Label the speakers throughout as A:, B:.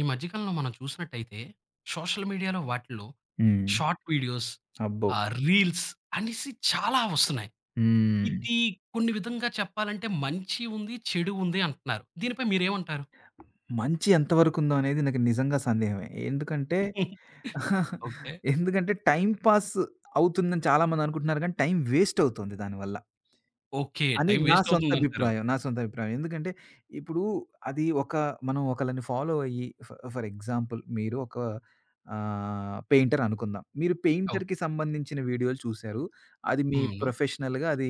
A: ఈ మధ్య కాలంలో మనం చూసినట్టయితే, సోషల్ మీడియాలో వాటిల్లో
B: హ్మ్.
A: షార్ట్ వీడియోస్,
B: అబ్బో!
A: రీల్స్ అనేసి చాలా వస్తున్నాయి.
B: హ్మ్.
A: ఇది కొన్ని విధంగా చెప్పాలంటే మంచి ఉంది, చెడు ఉంది అంటున్నారు. దీనిపై మీరేమంటారు?
B: మంచి ఎంత వరకుందో అనేది నాకు నిజంగా సందేహమే. ఎందుకంటే
A: ఓకే.
B: ఎందుకంటే టైమ్ పాస్ అవుతుందని చాలా మందనుకుంటున్నారు గానీ, టైమ్ వేస్ట్ అవుతుంది దానివల్ల.
A: ఓకే,
B: అని
A: టైం
B: నా
A: వేస్ట్
B: సొంత
A: అవుతుందంటారు.
B: అభిప్రాయం. నా సొంత అభిప్రాయం. ఎందుకంటే ఇప్పుడు అది ఒక మనం ఒకళ్ళని ఫాలో అయ్యి ఫర్ ఎగ్జాంపుల్ మీరు ఒక పెయింటర్ అనుకుందాం. మీరు
A: అవ్
B: పెయింటర్‌కి సంబంధించిన వీడియోలు చూసారు. అది మీ
A: హ్మ్.
B: ప్రొఫెషనల్‌గా అది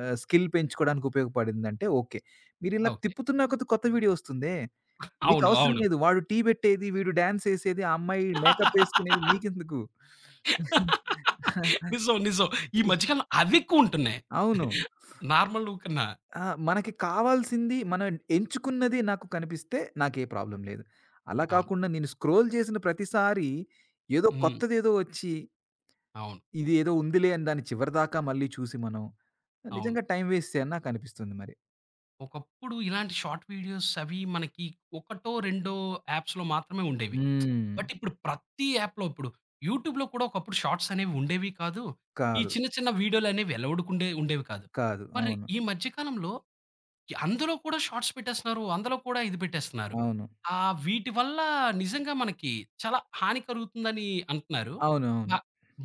B: స్కిల్ పెంచుకోవడానికి ఉపయోగపడిందంటే ఓకే. మీరిలా
A: ఓకే.
B: తిప్పుతున్న కొద్దీ కొత్త వీడియో వస్తుందే.
A: అవును,
B: మీకవసరం
A: అవును,
B: లేదు. వాడు టీ పెట్టేది, వీడు డాన్స్ ఏసేది, ఆ అమ్మాయి మేకప్ ఏసుకునేది మీకెందుకు?
A: నిజం, నిజం. ఈ మధ్య కాలంలో అవెక్కువుంటున్నాయి,
B: అవును.
A: నార్మల్ కన్నా.
B: ఆ! మనకి కావాల్సింది మనం ఎంచుకున్నది నాకు కనిపిస్తే నాకే ప్రాబ్లమ్ లేదు. అలా
A: అవును.
B: కాకుండా నేను స్క్రోల్ చేసిన ప్రతిసారి ఏదో
A: హ్మ్.
B: కొత్తదేదో వచ్చి,
A: అవును,
B: ఇది ఏదో ఉందిలే అని దాని చివరిదాకా మళ్ళీ చూసి మనం
A: అవును.
B: నిజంగా టైం వేస్టే అని నాకనిపిస్తుంది మరి.
A: ఒకప్పుడు ఇలాంటి షార్ట్ వీడియోస్ అవి మనకి ఒకటో, రెండో యాప్స్‌లో మాత్రమే ఉండేవి. బట్
B: హ్మ్.
A: ఇప్పుడు ప్రతి యాప్‌లో ఇప్పుడు యూట్యూబ్‌లో కూడా ఒకప్పుడు షార్ట్స్ అనేవి ఉండేవి కాదు. ఈ
B: కాదు.
A: చిన్న చిన్న వీడియోలనేవి ఎలౌడ్‌కుండే ఉండేవి కాదు.
B: కాదు.
A: మరి
B: అవును.
A: ఈ మధ్య కాలంలో అందులో కూడా షార్ట్స్ పెట్టేస్తున్నారు, అందులో కూడా ఇది పెట్టేస్తున్నారు.
B: అవును.
A: వీటి వల్ల నిజంగా మనకి చాలా హాని కలుగుతుందని అంటున్నారు. బ
B: అవునవును.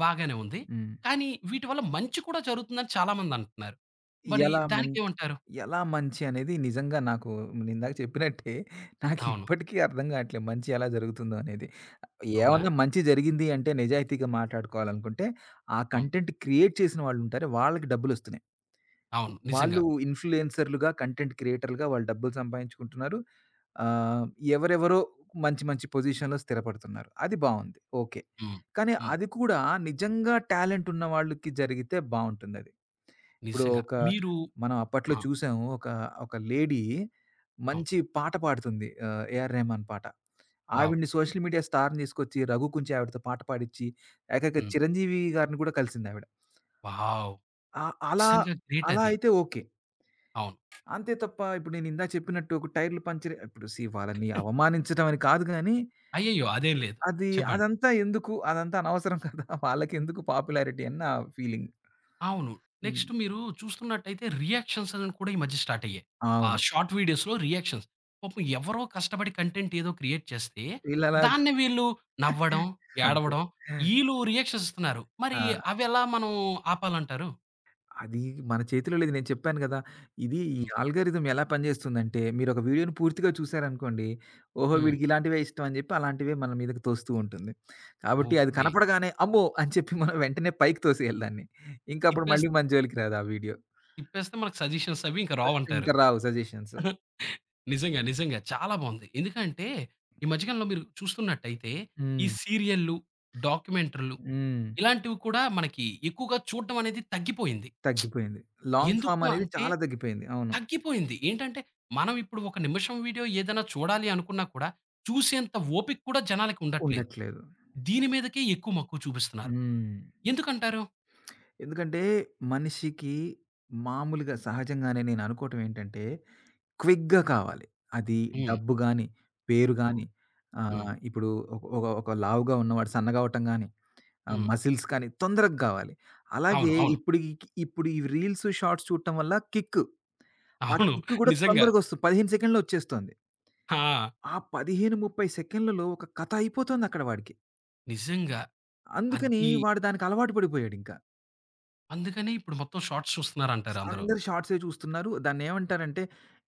A: బాగానే ఉంది.
B: హ్మ్.
A: కానీ వీటి వల్ల మంచి కూడా జరుగుతుందని చాలామంది అంటున్నారు. మరి
B: ఎలా మంచి
A: దానికేమంటారు?
B: ఎలా మంచి అనేది నిజంగా నాకు నేనిందాక చెప్పినట్టే నాకు
A: అవును.
B: ఇప్పటికీ అర్థం కావట్లేదు. మంచి ఎలా జరుగుతుందో అనేది.
A: అవునా?
B: ఏమన్నా మంచి జరిగింది అంటే నిజాయితీగా మాట్లాడుకోవాలనుకుంటే, ఆ
A: అవును,
B: కంటెంట్ క్రియేట్ చేసిన వాళ్ళుంటారే వాళ్ళకి డబ్బులొస్తున్నాయి.
A: అవును,
B: వాళ్ళు
A: నిజంగా.
B: ఇన్‌ఫ్లుయెన్సర్‌లుగా, కంటెంట్ క్రియేటర్‌లుగా వాళ్ళు డబ్బులు సంపాదించుకుంటున్నారు. ఆహ్, ఎవరెవరో మంచి మంచి పొజిషన్‌లో స్థిరపడుతున్నారు. అది బావుంది. ఓకే.
A: హ్మ్.
B: కానీ
A: హ్మ్.
B: అది కూడా నిజంగా టాలెంట్ ఉన్న వాళ్ళకి జరిగితే బావుంటుందది. ఇప్పుడు
A: నిజంగా.
B: ఒక
A: మీరు.
B: మనం అప్పట్లో
A: ఆ!
B: చూసాము. ఒక, ఒక లేడీ
A: అవును.
B: మంచి పాట పాడుతుంది. 'ఏఆర్ రెహమాన్' పాట.
A: వావ్!
B: ఆవిడ్ని సోషల్ మీడియా స్టార్‌ని తీసుకొచ్చి 'రఘు' కుంచి ఆవిడతో పాట పాడిచ్చి, ఏకంగా
A: హ్మ్.
B: 'చిరంజీవి' గారిని కూడా కలిసిందావిడ.
A: వావ్!
B: ఆ! అలా,
A: నిజంగా గ్రేట్
B: అలా
A: అది.
B: అయితే ఓకే.
A: అవును.
B: అంతే తప్ప ఇప్పుడు నేను ఇందాక చెప్పినట్టు ఒక టైర్‌లు పంచర్ ఇప్పుడు సీ వాళ్ళని అవమానించడం అని కాదు గానీ,
A: అయ్యయ్యో, అదేం లేదు.
B: అది
A: చెప్పండి.
B: అదంతా ఎందుకు? అదంతా అనవసరం కదా! వాళ్ళకెందుకు పాపులారిటీ అని నా ఫీలింగ్.
A: అవును.
B: హ్మ్.
A: నెక్స్ట్ మీరు చూస్తున్నట్టయితే రియాక్షన్స్ అనేవి కూడా ఈ మధ్య స్టార్ట్ అయ్యాయి. ఆ
B: అవును.
A: షార్ట్ వీడియోస్‌లో రియాక్షన్స్. పాపం ఎవరో కష్టపడి కంటెంట్ ఏదో క్రియేట్ చేస్తే,
B: వీళ్ళలాగా
A: దాన్ని వీళ్ళు నవ్వడం,
B: అంతే.
A: ఏడవడం, ఈళ్ళు రియాక్షన్స్ ఇస్తున్నారు. మరి
B: ఆ!
A: అవెలా మనం ఆపాలంటారు?
B: అది మన చేతిలో లేదు. నేను చెప్పాను గదా! ఇది ఈ
A: హ్మ్.
B: ఆల్గారిథం ఎలా పనిజేస్తుందంటే, మీరొక వీడియోని పూర్తిగా చూసారనుకోండి, ఓహో!
A: హ్మ్.
B: వీడికి ఇలాంటివే ఇష్టం అని జెప్పి అలాంటివే మన మీదకి తోస్తూ ఉంటుంది. కాబట్టి అది
A: ఓకే.
B: కనపడగానే అమ్మో! అని చెప్పి మనం వెంటనే పైకి తోసేయాలి దాన్ని. ఇంకప్పుడు
A: తిప్పేస్
B: మళ్ళీ మన జోలికి రాదు ఆ వీడియో.
A: తిప్పేస్తే మనకు సజెషన్స్ అవి ఇంకా
B: ఇంక
A: రావంటారు.
B: రావు సజెషన్స్.
A: నిజంగా, నిజంగా, చాలా బావుంది. ఎందుకంటే ఈ మధ్యకాలంలో మీరు చూస్తున్నట్టయితే ఈ
B: హ్మ్.
A: సీరియల్‌లు, డాక్యుమెంటరీలు
B: హ్మ్.
A: ఇలాంటివి కూడా మనకి ఎక్కువగా చూడడం అనేది తగ్గిపోయింది.
B: తగ్గిపోయింది. లాంగ్
A: ఎందుకు
B: ఫార్మ్ అనేది
A: అంటే
B: చాలా తగ్గిపోయింది. అవును.
A: తగ్గిపోయింది. ఏంటంటే మనం ఇప్పుడు ఒక నిమిషం వీడియో ఏదైనా చూడాలి అనుకున్నా కూడా చూసేంత ఓపిక కూడా జనాలకి ఉండట్లేదు.
B: ఉండట్లేదు.
A: దీని మీదకే ఎక్కువ మక్కువ చూపిస్తున్నారు.
B: హ్మ్.
A: ఎందుకంటారు?
B: ఎందుకంటే మనిషికి మామూలుగా సహజంగానే నేననుకోవటం ఏంటంటే క్విక్‌గా కావాలి. అది
A: హ్మ్.
B: డబ్బు గాని, పేరు
A: హ్మ్.
B: గాని
A: హ్మ్.
B: ఇప్పుడు ఒక ఒక ఒక లావుగా ఉన్నవాడు సన్నగా అవ్వటం గాని,
A: హ్మ్.
B: మసిల్స్ కానీ తొందరగా కావాలి. అలాగే
A: అవును, అవును,
B: ఇప్పుడు ఈ రీల్స్, షార్ట్స్ చూడటం వల్ల కిక్. ఆ
A: అవును,
B: కిక్ కూడా
A: నిజంగా.
B: తొందరగా వస్తుంది. 15 సెకండ్‌లో వచ్చేస్తుంది.
A: ఆ!
B: ఆ 15, 30 సెకండ్లలో ఒక కథ అయిపోతుంది అక్కడ వాడికి.
A: నిజంగా.
B: అందుకని
A: అది
B: వాడు దానికి అలవాటు పడిపోయాడింకా.
A: అందుకనే ఇప్పుడు మొత్తం షార్ట్స్ చూస్తున్నారంటారు అందరూ.
B: అందరూ షార్ట్సే చూస్తున్నారు. దాన్నేమంటారంటే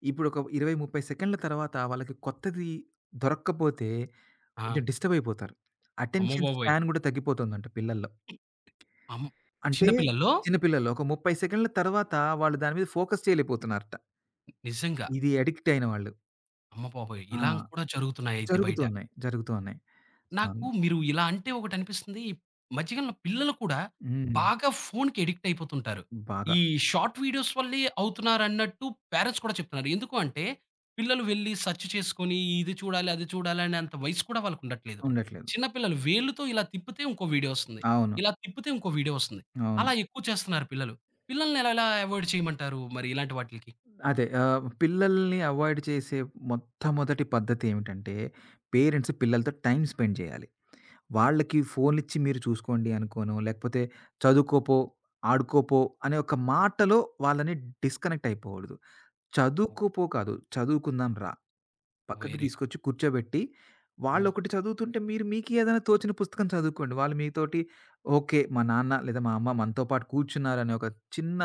B: ఇప్పుడు ఒక 20, 30 సెకండ్ల తర్వాత వాళ్ళకి కొత్తది దొరక్కపోతే
A: ఆ!
B: కొంచెం డిస్టర్బ్ అయిపోతారు.
A: అమ్మ
B: అటెన్షన్
A: బాబోయ్!
B: స్పాన్ గూడా తగ్గిపోతుందంట పిల్లల్లో.
A: అమ్
B: అంటే
A: చిన్న పిల్లల్లో.
B: చిన్న పిల్లల్లో ఒక 30 సెకన్ల తర్వాత వాళ్ళు దాని మీద ఫోకస్ చేయలేకపోతున్నారట.
A: నిజంగా.
B: ఇది అడిక్ట్ అయిన వాళ్ళు.
A: అమ్మ బాబోయ్!
B: ఆ!
A: ఇలా కూడా జరుగుతున్నాయయితే
B: జరుగుతూ
A: బయట.
B: ఉన్నాయి. జరుగుతూ ఉన్నాయి. సో, అన్
A: నాకు మీరు ఇలా అంటే ఒకటనిపిస్తుంది. ఈ మధ్యకాలంలో పిల్లలు కూడా
B: హ్మ్.
A: బాగా ఫోన్‌కి అడిక్ట్ అయిపోతుంటారు.
B: బాగా
A: ఈ షార్ట్ వీడియోస్ వల్లే అవుతున్నారన్నట్టు పేరెంట్స్ కూడా చెప్తున్నారు. ఎందుకు అంటే, పిల్లలు వెళ్లి సెర్చ్ చేసుకొని ఇది చూడాలి, అది చూడాలి అనేంత వయసు కూడా వాళ్ళకుండట్లేదు.
B: ఉండట్లేదు.
A: చిన్న పిల్లలు వేళ్ళుతో ఇలా తిప్పితే ఇంకో వీడియో వస్తుంది,
B: అవును.
A: ఇలా తిప్పితే ఇంకో వీడియో వస్తుంది.
B: అవును.
A: అలా ఎక్కువ చేస్తున్నారు పిల్లలు. పిల్లల్ని ఎలా ఎలా అవాయిడ్ చేయమంటారు మరి ఇలాంటి వాటిలకి?
B: అదే పిల్లల్ని అవాయిడ్ చేసే మొట్టమొదటి పద్ధతి ఏమిటంటే పేరెంట్స్ పిల్లలతో టైమ్ స్పెండ్ చేయాలి. వాళ్ళకి ఫోన్లిచ్చి మీరు చూసుకోండి అనుకోనో, లేకపోతే చదువుకోపో, ఆడుకోపో అనే ఒక మాటలో వాళ్ళని డిస్కనెక్ట్ అయిపోకూడదు. చదువుకోపో కాదు, చదువుకుందాం రా. పక్కకు
A: వెరీ
B: తీసుకొచ్చి కూర్చోబెట్టి,
A: హ్మ్.
B: వాళ్ళొకటి చదువుతుంటే మీరు మీకు ఏదైనా తోచిన పుస్తకం చదువుకోండి. వాళ్ళు మీతోటి ఓకే. మా నాన్న లేదా మా అమ్మ మనతో పాటు కూర్చున్నారనే ఒక చిన్న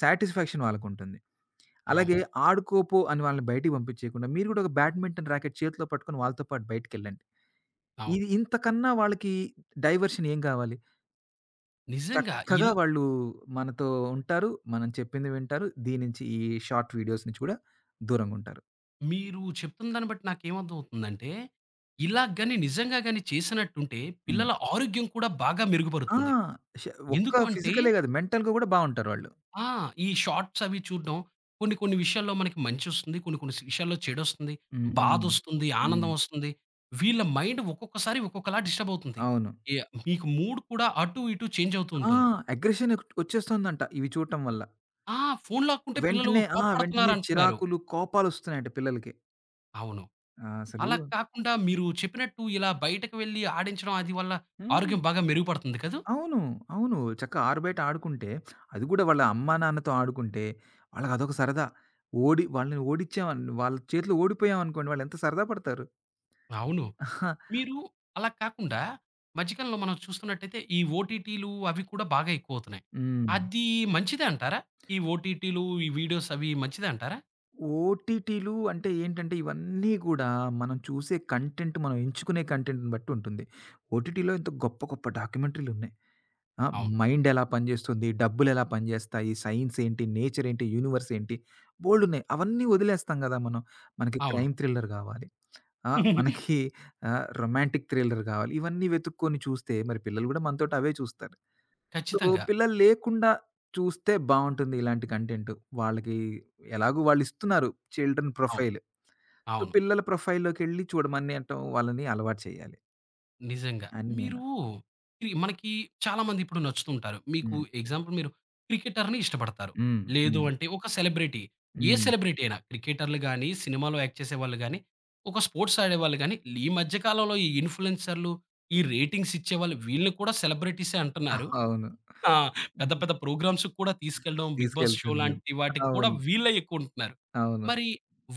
B: సాటిస్ఫాక్షన్ వాళ్ళకుంటుంది. అలాగే
A: అవును,
B: ఆడుకోపో అని వాళ్ళని బయటికి పంపించేయకుండా, మీరు కూడా ఒక బ్యాడ్మింటన్ ర్యాకెట్ చేతిలో పట్టుకొని వాళ్ళతో పాటు బయటికెళ్ళండి.
A: అవును.
B: ఇది ఇంతకన్నా వాళ్ళకి డైవర్షన్ ఏం కావాలి?
A: నిజంగా
B: చక్కగా
A: ఇల్
B: వాళ్ళు మనతో ఉంటారు. మనం చెప్పింది వింటారు. దీని నుంచి ఈ షార్ట్ వీడియోస్ నుంచి కూడా దూరంగుంటారు.
A: మీరు చెప్తున్న దాన్ని బట్టి నాకేమర్థమవుతుందంటే, ఇలాగ గాని నిజంగా గాని చేసినట్టుంటే
B: హ్మ్.
A: పిల్లల ఆరోగ్యం కూడా బాగా
B: ఆ!
A: మెరుగుపడుతుంది.
B: ష ఒక్క
A: ఎందుకు అంటే
B: ఫిజికలే కాదు. మెంటల్‌గా కూడా బావుంటారు వాళ్ళు.
A: ఆ! ఈ షార్ట్స్ అవి చూడడం కొన్ని కొన్ని విషయాల్లో మనకి మంచొస్తుంది, కొన్ని కొన్ని విషయాల్లో చెడొస్తుంది.
B: హ్మ్. హ్మ్.
A: బాధొస్తుంది,
B: హ్మ్.
A: ఆనందమొస్తుంది. వీళ్ళ మైండ్ ఒక్కొక్కసారి ఒక్కొక్కలా డిస్టర్బ్ అవుతుంది.
B: అవును.
A: ఎ మీకు మూడ్ కూడా అటు ఇటు చేంజ్ అవుతూ
B: ఆ!
A: ఉంటుంది.
B: అగ్రెషన్ వచ్చేస్తుందంట ఇవి చూడటం వల్ల.
A: ఆ! ఫోను లాక్కుంటే పిల్లలు
B: వెంటనే ఆ! వెంటనే
A: కోప్పడుతున్నారంటున్నారు.
B: చిరాకులు, కోపాలొస్తున్నాయంట పిల్లలకి.
A: అవును.
B: ఆ! అసలు
A: అలా కాకుండా మీరు చెప్పినట్టు ఇలా బయటకు వెళ్ళి ఆడించడం అది వల్ల
B: హ్మ్.
A: ఆరోగ్యం బాగా మెరుగుపడుతుంది కదూ!
B: అవును. అవును. చక్కగా ఆరుబయట ఆడుకుంటే, అది గూడా వాళ్ళ అమ్మా, నాన్నతో ఆడుకుంటే, వాళ్ళకదొక సరదా. ఓడి వాళ్ళ చేతిలో ఓడిపోయామనుకోండి, వాళ్ళెంత సరదా పడతారు.
A: అవును. మీరు అలా కాకుండా మధ్యకాలంలో మనం చూస్తున్నట్టయితే ఈ ఓటీటీలు అవి కూడా బాగా ఎక్కువవుతున్నాయి.
B: హ్మ్.
A: అది మంచిదే అంటారా? ఈ ఓటీటీలు, ఈ వీడియోస్ అవి మంచిదే అంటారా?
B: ఓటీటీలు అంటే ఏంటంటే, ఇవన్నీ గూడా మనం చూసే కంటెంట్, మనం ఎంచుకునే కంటెంట్‌ని బట్టి ఉంటుంది. ఓటీటీలో ఎంతో గొప్ప, గొప్ప డాక్యుమెంటరీలున్నాయి. ఆ!
A: అవును.
B: మైండ్ ఎలా పనిజేస్తుంది? డబ్బులెలా పనిజేస్తాయి? సైన్స్ ఏంటి? నేచర్ ఏంటి? యూనివర్స్ ఏంటి? బోలెడున్నాయి. అవన్నీ వదిలేస్తాం గదా! మనం. మనకి
A: అవును.
B: క్రైమ్ థ్రిల్లర్ గావాలి. ఆ! మనకి రొమాంటిక్ థ్రిల్లర్ గావాలి. ఇవన్నీ వెతుక్కొని చూస్తే మరి పిల్లలు గూడా మనతోటి అవే చూస్తారు. సో,
A: ఖచ్చితంగా.
B: పిల్లలు లేకుండా చూస్తే బావుంటుంది ఇలాంటి కంటెంట్. వాళ్ళకి ఎలాగో వాళ్ళిస్తున్నారు చిల్డ్రన్
A: అవును,
B: ప్రొఫైల్. సో,
A: అవును,
B: పిల్లల ప్రొఫైల్‌లోకెళ్ళి చూడమనేయటం వాళ్ళని అలవాటు చేయాలి
A: నిజంగా.
B: అని నేను.
A: మీరు మనకి చాలామంది ఇప్పుడు నచ్చుతుంటారు. మీకు
B: హ్మ్.
A: ఎగ్జాంపుల్ మీరు క్రికెటర్‌ని ఇష్టపడతారు.
B: హ్మ్.
A: లేదు
B: హ్మ్.
A: అంటే ఒక సెలబ్రిటీ. ఏ
B: హ్మ్.
A: సెలబ్రిటీ అయినా క్రికెటర్‌లు గాని, సినిమాలో యాక్ట్ చేసేవాళ్ళు గాని, ఒక స్పోర్ట్స్ ఆడేవాళ్ళు గాని, ఈ మధ్య కాలంలో ఈ ఇన్‌ఫ్లుయెన్సర్‌లు, ఈ రేటింగ్స్ ఇచ్చేవాళ్ళు వీళ్ళని కూడా సెలబ్రిటీసే అంటున్నారు.
B: అవును.
A: ఆ! పెద్ద పెద్ద ప్రోగ్రామ్స్‌కి కూడా తీసుకెళ్ళడం, 'బిగ్ బాస్' షో
B: తీసుకెళ్తున్నారు.
A: లాంటి వాటికి కూడా
B: అవును.
A: వీళ్ళే ఎక్కువుంటున్నారు.
B: అవును.
A: మరి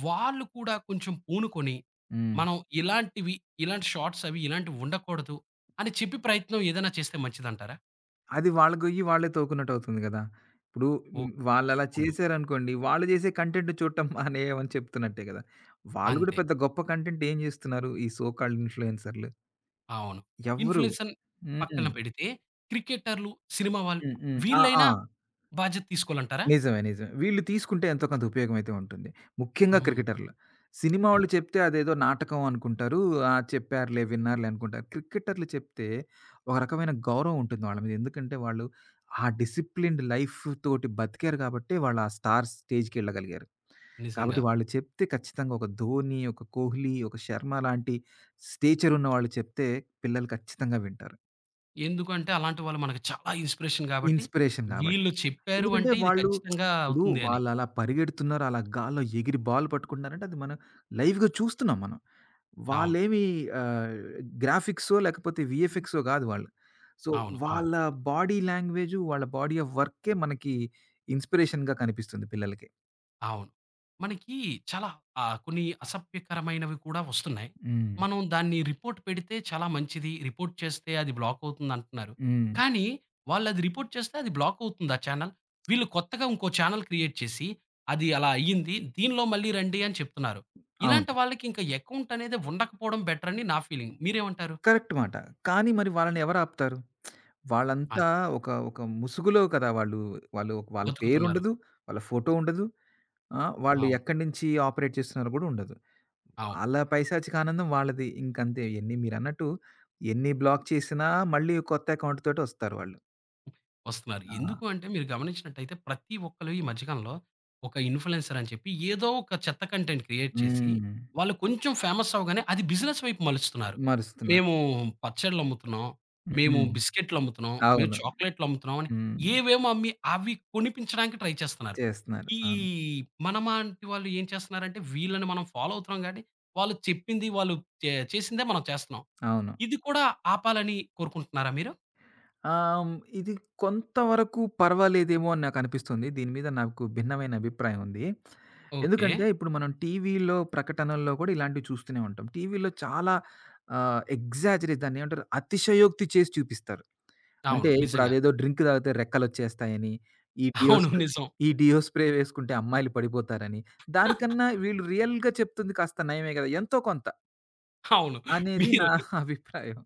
A: వాళ్ళు కూడా కొంచెం పూనుకొని,
B: హ్మ్.
A: మనం ఇలాంటివి, ఇలాంటి షార్ట్స్ అవి ఇలాంటివి ఉండకూడదు అని చెప్పి ప్రయత్నం ఏదైనా చేస్తే మంచిదంటారా?
B: అది వాళ్ళ గొయ్యి వాళ్ళే తోకున్నట్టవుతుంది గదా! ఇప్పుడు
A: ఓహ్!
B: వాళ్ళలా
A: అవును.
B: చేశారనుకోండి, వాళ్ళు జేసే కంటెంట్ చూడటం మానేయమని చెప్తున్నట్టే గదా! వాళ్ళు గూడా
A: అంతే.
B: పెద్ద గొప్ప కంటెంట్ ఏం జేస్తున్నారు? ఈ సో కాల్డ్ ఇన్‌ఫ్లుయెన్సర్‌లు.
A: అవును.
B: ఎవ్వరు.
A: ఇన్‌ఫ్లుయెన్సర్‌ని
B: హ్మ్.
A: పక్కన పెడితే క్రికెటర్‌లు, సినిమా వాళ్ళు
B: హ్మ్. హ్మ్. ఆ! ఆ!
A: వీళ్ళైనా బాధ్యత తీసుకోవాలంటారా?
B: నిజమే. నిజమే. వీళ్ళు తీసుకుంటే ఎంతో కొంత ఉపయోగమైతే ఉంటుంది. ముఖ్యంగా
A: హ్మ్.
B: క్రికెటర్లు. సినిమా వాళ్ళు
A: క్రికెటర్
B: చెప్తే అదేదో నాటకం అనుకుంటారు. ఆ! చెప్పారులే, విన్నారులే అనుకుంటారు. క్రికెటర్లు చెప్తే ఒక రకమైన గౌరవం ఉంటుంది వాళ్ళ మీద. ఎందుకంటే వాళ్ళు ఆ డిసిప్లిన్డ్ లైఫ్ తోటి బతికారు కాబట్టే వాళ్ళు ఆ స్టార్ స్టేజ్‌కెళ్ళగలిగారు. కాబట్టి
A: నిజంగా.
B: వాళ్ళు చెప్తే ఖచ్చితంగా ఒక ధోని, ఒక కోహ్లీ, ఒక శర్మ లాంటి స్టేచర్ ఉన్న వాళ్ళు చెప్తే పిల్లలు ఖచ్చితంగా వింటారు.
A: ఎందుకంటే అలాంటి వాళ్ళు మనకు చాలా ఇన్‌స్పిరేషన్ కాబట్టి
B: ఇన్‌స్పిరేషన్ గాబట్టి.
A: వీళ్ళు చెప్పారు
B: ఎందుకంటే
A: అంటే ఇది
B: వాళ్ళు
A: ఖచ్చితంగా
B: ఇప్పుడు
A: అవుతుంది అని.
B: వాళ్ళలా పరిగెడుతున్నారు, అలా గాల్లో ఎగిరి బాల్ పట్టుకుంటున్నారంటే అది మనం లైవ్‌గా చూస్తున్నాం మనం.
A: అవును,
B: వాళ్ళేమి ఆహ్, గ్రాఫిక్సో లేకపోతే వీఎఫ్ఎక్సో గాదు వాళ్ళు. సో,
A: అవును, అవును,
B: వాళ్ళ బాడీ లాంగ్వేజు, వాళ్ళ బాడీ ఆఫ్ వర్కే మనకి ఇన్‌స్పిరేషన్‌గా కనిపిస్తుంది పిల్లలకి.
A: అవును. మనకి చాలా కొన్ని అసభ్యకరమైనవి కూడా వస్తున్నాయి.
B: హ్మ్.
A: మనం దాన్ని రిపోర్ట్ పెడితే చాలా మంచిది. రిపోర్ట్ చేస్తే అది బ్లాక్ అవుతుందంటున్నారు.
B: హ్మ్.
A: కానీ వాళ్ళది రిపోర్ట్ చేస్తే అది బ్లాక్ అవుతుంది ఆ చానెల్. వీళ్ళు కొత్తగా ఇంకో చానెల్ క్రియేట్ చేసి, అది అలా అయ్యింది, దీనిలో మళ్ళీ రండి అని చెప్తున్నారు.
B: అవును.
A: ఇలాంటి వాళ్ళకి ఇంకా అకౌంట్ అనేది ఉండకపోవడం బెటర్ అని నా ఫీలింగ్. మీరేమంటారు?
B: కరెక్ట్ మాట. కానీ మరి వాళ్ళని ఎవరు ఆపుతారు? వాళ్ళంతా
A: అది
B: ఒక ఒక ముసుగులో కదా! వాళ్ళు వాళ్ళు వాళ్ళ
A: బతుకుతున్నారు.
B: పేరుండదు, వాళ్ళ ఫోటో ఉండదు. ఆ! వాళ్ళు
A: అవును,
B: ఎక్కడి నుంచి ఆపరేట్ చేస్తున్నారో గూడా ఉండదు.
A: అవును.
B: ఆళ్ళ పైశాచిక ఆనందం వాళ్ళది. ఇంకంతే ఎన్ని మీరన్నట్టు ఎన్ని బ్లాక్ చేసినా మళ్ళీ కొత్త అకౌంట్ తోటొస్తారు వాళ్ళు.
A: వస్తున్నారు.
B: ఆ!
A: ఎందుకు అంటే మీరు గమనించినట్టయితే ప్రతి ఒక్కళ్ళు ఈ మధ్యకాలంలో ఒక ఇన్‌ఫ్లూయెన్సర్ అని చెప్పి ఏదో ఒక చెత్త కంటెంట్ క్రియేట్ చేసి,
B: హ్మ్.
A: వాళ్ళు కొంచెం ఫేమస్ అవ్వగానే అది బిజినెస్ వైపు మలుస్తున్నారు.
B: మరుస్తున్నారు.
A: మేము పచ్చడ్లమ్ముతున్నాం, మేము
B: హ్మ్.
A: బిస్కెట్‌లమ్ముతున్నాం, మేము
B: అవును.
A: చాక్లేట్‌లమ్ముతున్నాం అని
B: హ్మ్.
A: ఏవేమో అమ్మి అవి కొనిపించడానికి ట్రై చేస్తున్నారు.
B: చేస్తున్నారు.
A: ఈ
B: అవును.
A: మనమాంటి వాళ్ళు ఏం చేస్తున్నారంటే వీళ్ళని మనం ఫాలో అవుతున్నాం గానీ, వాళ్ళు చెప్పింది వాళ్ళు చేసిందే మనం చేస్తున్నాం.
B: అవును.
A: ఇది కూడా ఆపాలని కోరుకుంటున్నారా మీరు?
B: ఆహ్, హ్మ్. ఇది కొంతవరకు పర్వాలేదేమో అని నాకనిపిస్తుంది. దీని మీద నాకు భిన్నమైన అభిప్రాయం ఉంది.
A: ఓకే.
B: ఎందుకంటే ఇప్పుడు మనం టీవీలో ప్రకటనల్లో కూడా ఇలాంటివి చూస్తూనే ఉంటాం. టీవీలో చాలా ఎగ్జాజరేట్ దాన్ని ఏమంటారు అతిశయోక్తి చేసి చూపిస్తారు. అంటే
A: అవును,
B: ఇప్పుడు
A: నిజంగా.
B: అదేదో డ్రింక్ తాగితే రెక్కలొచ్చేస్తాయని, ఈ డియో
A: అవును,
B: స్ప్రే
A: నిజం.
B: ఈ డియో స్ప్రే వేసుకుంటే అమ్మాయిలు పడిపోతారని, దానికన్నా వీళ్ళు రియల్‌గా చెప్తుంది కాస్త నయమే కదా! ఎంతో కొంత
A: అవును.
B: అనేది నా
A: మీరు
B: అభిప్రాయం.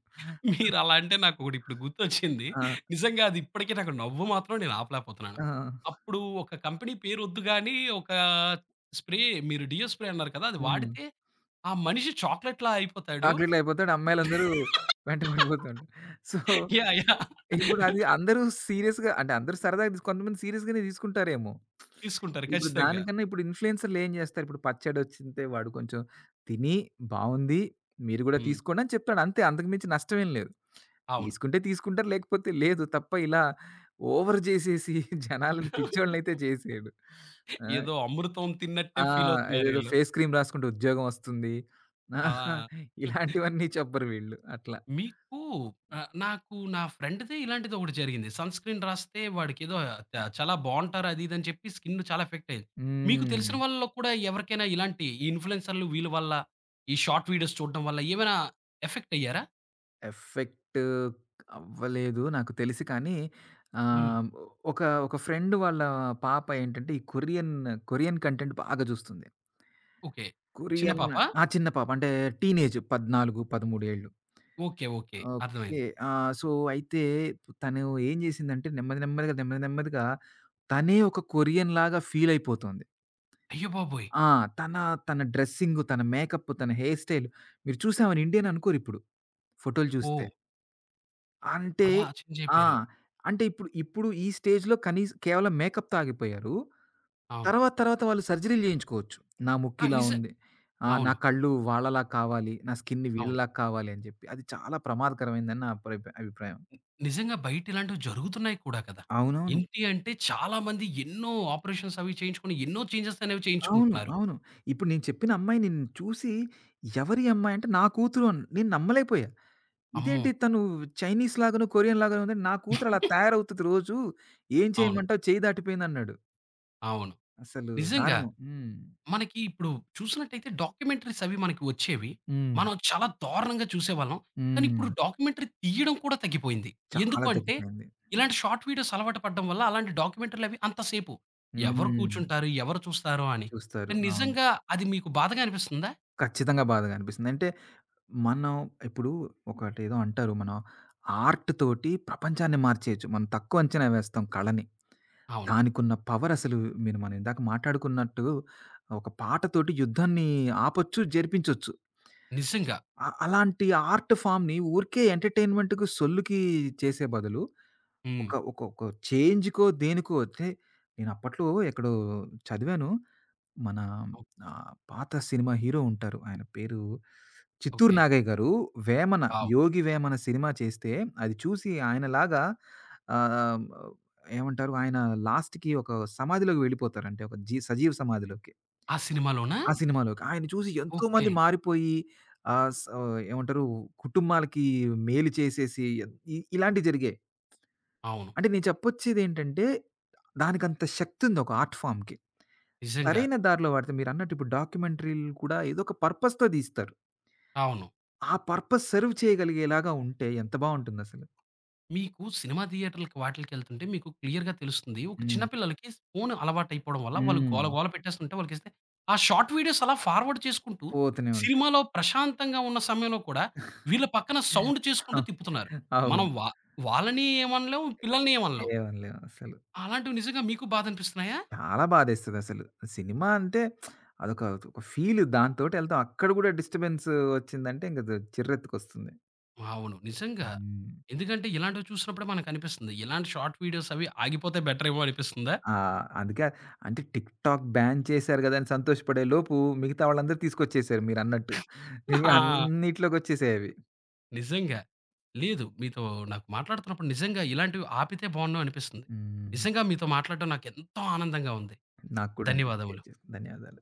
A: మీరలా అంటే నాకొకటిప్పుడు గుర్తొచ్చింది.
B: ఆ!
A: నిజంగా అది ఇప్పటికి నాకు నవ్వు మాత్రం నేను ఆపలేకపోతున్నాను.
B: ఆ!
A: అప్పుడు ఒక కంపెనీ పేరొద్దు గానీ, ఒక స్ప్రే మీరు డియో స్ప్రే అన్నారు కదా! అది
B: హ్మ్.
A: వాడితే ఆ మనిషి చాక్లెట్‌లా అయిపోతాడు.
B: చాక్లేట్‌లా అయిపోతాడు. అమ్మాయిలందరూ వెంట పడిపోతుంటారు. So,
A: yeah, yeah!
B: ఇప్పుడు అది అందరూ సీరియస్‌గా అంటే అందరూ సరదాగా తీసు కొంతమంది సీరియస్‌గానే తీసుకుంటారేమో.
A: తీసుకుంటారు
B: ఇప్పుడు
A: ఖచ్చితంగా.
B: దానికన్నా ఇప్పుడు ఇన్‌ఫ్లుయెన్సర్‌లు ఏం చేస్తారు? ఇప్పుడు పచ్చడొచ్చింతే వాడు కొంచెం తిని బావుంది. మీరు కూడా
A: హ్మ్.
B: తీసుకోండి అని చెప్తాడు. అంతే అంతకు మించి నష్టమేం లేదు.
A: అవును.
B: తీసుకుంటే తీసుకుంటారు. లేకపోతే లేదు. తప్ప ఇలా ఓవర్ చేసేసి జనాలను పిచ్చోళ్ళనైతే చేసేయడు. ఆ!
A: ఏదో అమృతం
B: ఆ!
A: తిన్నట్టే
B: అదేదో
A: ఫీలవుతున్నారీళ్ళు.
B: ఫేస్ క్రీమ్ రాసుకుంటే ఉద్యోగం వస్తుంది.
A: ఆ!
B: ఇలాంటివన్నీ చెప్పరు వీళ్ళు. అట్లా.
A: మీకు నాకు నా ఫ్రెండ్‌ది ఇలాంటిదొకటి జరిగింది. సన్ స్క్రీన్ రాస్తే వాడికేదో చాలా బావుంటారు అది ఇది అని చెప్పి స్కిన్ చాలా ఎఫెక్ట్ అయింది. మీకు
B: హ్మ్.
A: తెలిసిన వాళ్ళలో కూడా ఎవరికైనా ఇలాంటి ఈ ఇన్‌ఫ్లూయెన్సర్‌లు వీళ్ళ వల్ల, ఈ షార్ట్ వీడియోస్ చూడడం వల్ల ఏమైనా ఎఫెక్ట్ అయ్యారా?
B: ఎఫెక్ట్ అవ్వలేదు నాకు తెలిసి కానీ
A: హ్మ్.
B: ఆహ్, ఒక ఒక ఫ్రెండ్ వాళ్ళ పాప ఏంటంటే కొరియన్ కంటెంట్ బాగా చూస్తుంది.
A: ఓకే. చిన్న
B: కొరియన్
A: పాపా?
B: ఆ! చిన్న పాప అంటే టీనేజ్ 14, 13 ఏళ్ళు.
A: Okay, okay,
B: okay.
A: అర్థమైంది.
B: ఆ! సో, అయితే తను ఏం చేసిందంటే నెమ్మది నెమ్మదిగా తనే ఒక కొరియన్ లాగా ఫీల్ అయిపోతుంది.
A: అయ్య బాబోయ్!
B: ఆ! తన, తన డ్రెస్సింగు, తన మేకప్పు, తన హెయిర్ స్టైల్ మీరు చూసి ఆమెను ఇండియన్ అనుకోరిప్పుడు. ఫోటోలు చూస్తే.
A: ఓహ్!
B: అంటే
A: అలా చేంజ్
B: ఆ!
A: అయిపోయారు.
B: అంటే ఇప్పుడు ఈ స్టేజ్‌లో కనీస కేవలం మేకప్‌తో ఆగిపోయారు.
A: అవును.
B: తర్వాత వాళ్ళు సర్జరీలు చేయించుకోవచ్చు. నా ముక్కు
A: ఆ!
B: ఇలా
A: నిజం.
B: ఉంది. ఆ! నా
A: అవును,
B: కళ్ళు వాళ్ళలా కావాలి. నా స్కిన్
A: అవును.
B: వీళ్ళలా కావాలి అని చెప్పి. అది చాలా ప్రమాదకరమైందని నా అభిప్రాయం. అభిప్రాయం.
A: నిజంగా బయట ఇలాంటివి జరుగుతున్నాయి కూడా కదా!
B: అవునవును.
A: ఇంటి అంటే చాలా మంది ఎన్నో ఆపరేషన్స్ అవి చేయించుకొని ఎన్నో చేంజెస్ అనేవి
B: అవును.
A: చేయించుకుంటున్నారు.
B: అవును. ఇప్పుడు నేను చెప్పిన అమ్మాయి నిన్ను చూసి ఎవరి అమ్మాయి అంటే నా కూతురు అన్ నేను నమ్మలేకపోయా.
A: అమ్మో!
B: ఇదేంటి తను చైనీస్ లాగాను, కొరియన్ లాగాను ఉందంటే నా కూతురు అలా తయారవుతది రోజు. ఏం
A: అవును,
B: చేయమంటావు చెయ్యి దాటిపోయిందన్నాడు.
A: అవును.
B: అసలు
A: నిజంగా
B: దారుణం. హ్మ్.
A: మనకి ఇప్పుడు చూసినట్టయితే డాక్యుమెంటరీస్ అవి మనకి వచ్చేవి.
B: హ్మ్.
A: మనం చాలా దారుణంగా చూసేవాళ్ళం. కానీ
B: హ్మ్.
A: ఇప్పుడు డాక్యుమెంటరీ తీయడం కూడా తగ్గిపోయింది. ఎందుకు
B: చాలా
A: అంటే
B: తగ్గిపోయింది.
A: ఇలాంటి షార్ట్ వీడియోస్ అలవాటు పడడం వల్ల అలాంటి డాక్యుమెంటరీలు అవి అంతసేపు ఎవరు
B: హ్మ్.
A: కూర్చుంటారు? ఎవరు చూస్తారు? అని.
B: చూస్తారు.
A: కానీ
B: అవును.
A: నిజంగా అది మీకు బాధగా అనిపిస్తుందా?
B: ఖచ్చితంగా బాధగా అనిపిస్తుంది. అంటే మనం ఇప్పుడు ఒకటేదో అంటారు. మనం ఆర్ట్ తోటి ప్రపంచాన్ని మార్చేయొచ్చు. మనం తక్కువ అంచనా వేస్తాం కళని.
A: అవును,
B: దానికున్న పవరసలు మనం ఇందాక మాట్లాడుకున్నట్టు ఒక పాటతోటి యుద్ధాన్ని ఆపొచ్చు, జరిపించొచ్చు.
A: నిజంగా.
B: అలాంటి ఆర్ట్ ఫామ్‌ని ఊరికే ఎంటర్‌టైన్‌మెంట్‌కి, సొల్లుకి చేసే బదులు ఒక
A: హ్మ్.
B: ఒక ఒక చేంజ్‌కో, దేనికో అంటే నేనప్పట్లో ఎక్కడో చదివాను. మన
A: ఓ
B: పాత సినిమా హీరో ఉంటారు. ఆయన పేరు 'చిత్తూరు
A: ఓకే.
B: నాగయ్య' గారు. 'వేమన'
A: వావ్!
B: 'యోగి వేమన' సినిమా చేస్తే అది చూసి ఆయనలాగా ఆహ్, ఏమంటారు ఆయన లాస్ట్‌కి ఒక సమాధిలోకి వెళ్ళిపోతారు. అంటే ఒక సజీవ సమాధిలోకి.
A: ఆ సినిమాలోనా?
B: ఆ సినిమాలోకి. ఆయన చూసి
A: ఓకే.
B: ఎంతోమంది మారిపోయి ఆహ్, స ఏమంటారు కుటుంబాలకి మేలు చేసేసి ఇలాంటివి జరిగాయి.
A: అవును,
B: అంటే నేను చెప్పొచ్చేదేంటంటే దానికంత శక్తి ఉంది ఒక ఆర్ట్ ఫార్మ్‌కి.
A: నిజంగా,
B: సరైన దారిలో వాడితే మీరన్నట్టు ఇప్పుడు డాక్యుమెంటరీలు కూడా ఏదో ఒక పర్పస్‌తో తీస్తారు.
A: అవును.
B: ఆ పర్పస్ సెర్వ్ చేయగలిగేలాగా ఉంటే ఎంత బావుంటుందసలు.
A: మీకు సినిమా థియేటర్‌లకి వాటిలకెళ్తుంటే మీకు క్లియర్‌గా తెలుస్తుంది. ఒక
B: హ్మ్.
A: చిన్న పిల్లలకి ఫోను అలవాటైపోవడం వల్ల వాళ్ళు
B: హ్మ్.
A: గోల గోల పెట్టేస్తుంటే వాళ్ళకిస్తే ఆ షార్ట్ వీడియోస్ అలా ఫార్వర్డ్ చేసుకుంటూ
B: పోతూనే ఉంటాయి.
A: సినిమాలో ప్రశాంతంగా ఉన్న సమయంలో కూడా వీళ్ళ పక్కన సౌండ్
B: ఆ!
A: చేసుకుంటూ తిప్పుతున్నారు. మనం
B: అవును.
A: వాళ్ళని ఏమనలేం, పిల్లల్ని ఏమనలేం.
B: లేవండి. లేవు అసలు.
A: అలాంటివి నిజంగా మీకు బాధనిపిస్తున్నాయా?
B: చాలా బాధేస్తదసలు. సినిమా అంటే అదొక ఒక ఫీల్ దాంతోటెళ్తాం. అక్కడ కూడా డిస్టర్బెన్స్ వచ్చిందంటే ఇంక ద చిర్రెత్తుకొస్తుంది.
A: అవును, నిజంగా.
B: హ్మ్.
A: ఎందుకంటే ఇలాంటివి చూసినప్పుడే మనకనిపిస్తుంది. ఇలాంటి షార్ట్ వీడియోస్ అవి ఆగిపోతే బెటరేమో అనిపిస్తుందా?
B: ఆ! అందుకే అంటే టిక్‌టాక్ బ్యాన్ చేశారు గదా! అని సంతోషపడే లోపు మిగతా వాళ్ళందరూ తీసుకొచ్చేసారు మీరన్నట్టు. ఇప్పుడు
A: ఆ!
B: అన్నిట్లోకొచ్చేసాయవి.
A: నిజంగా. లేదు. మీతో నాకు మాట్లాడుతున్నప్పుడు నిజంగా ఇలాంటివి ఆపితే బావున్ను అనిపిస్తుంది.
B: హ్మ్.
A: నిజంగా మీతో మాట్లాడడం నాకెంతో ఆనందంగా ఉంది.
B: నాకు కూడా అండి. షేర్
A: ధన్యవాదములు.
B: చేసుకు ధన్యవాదాలు.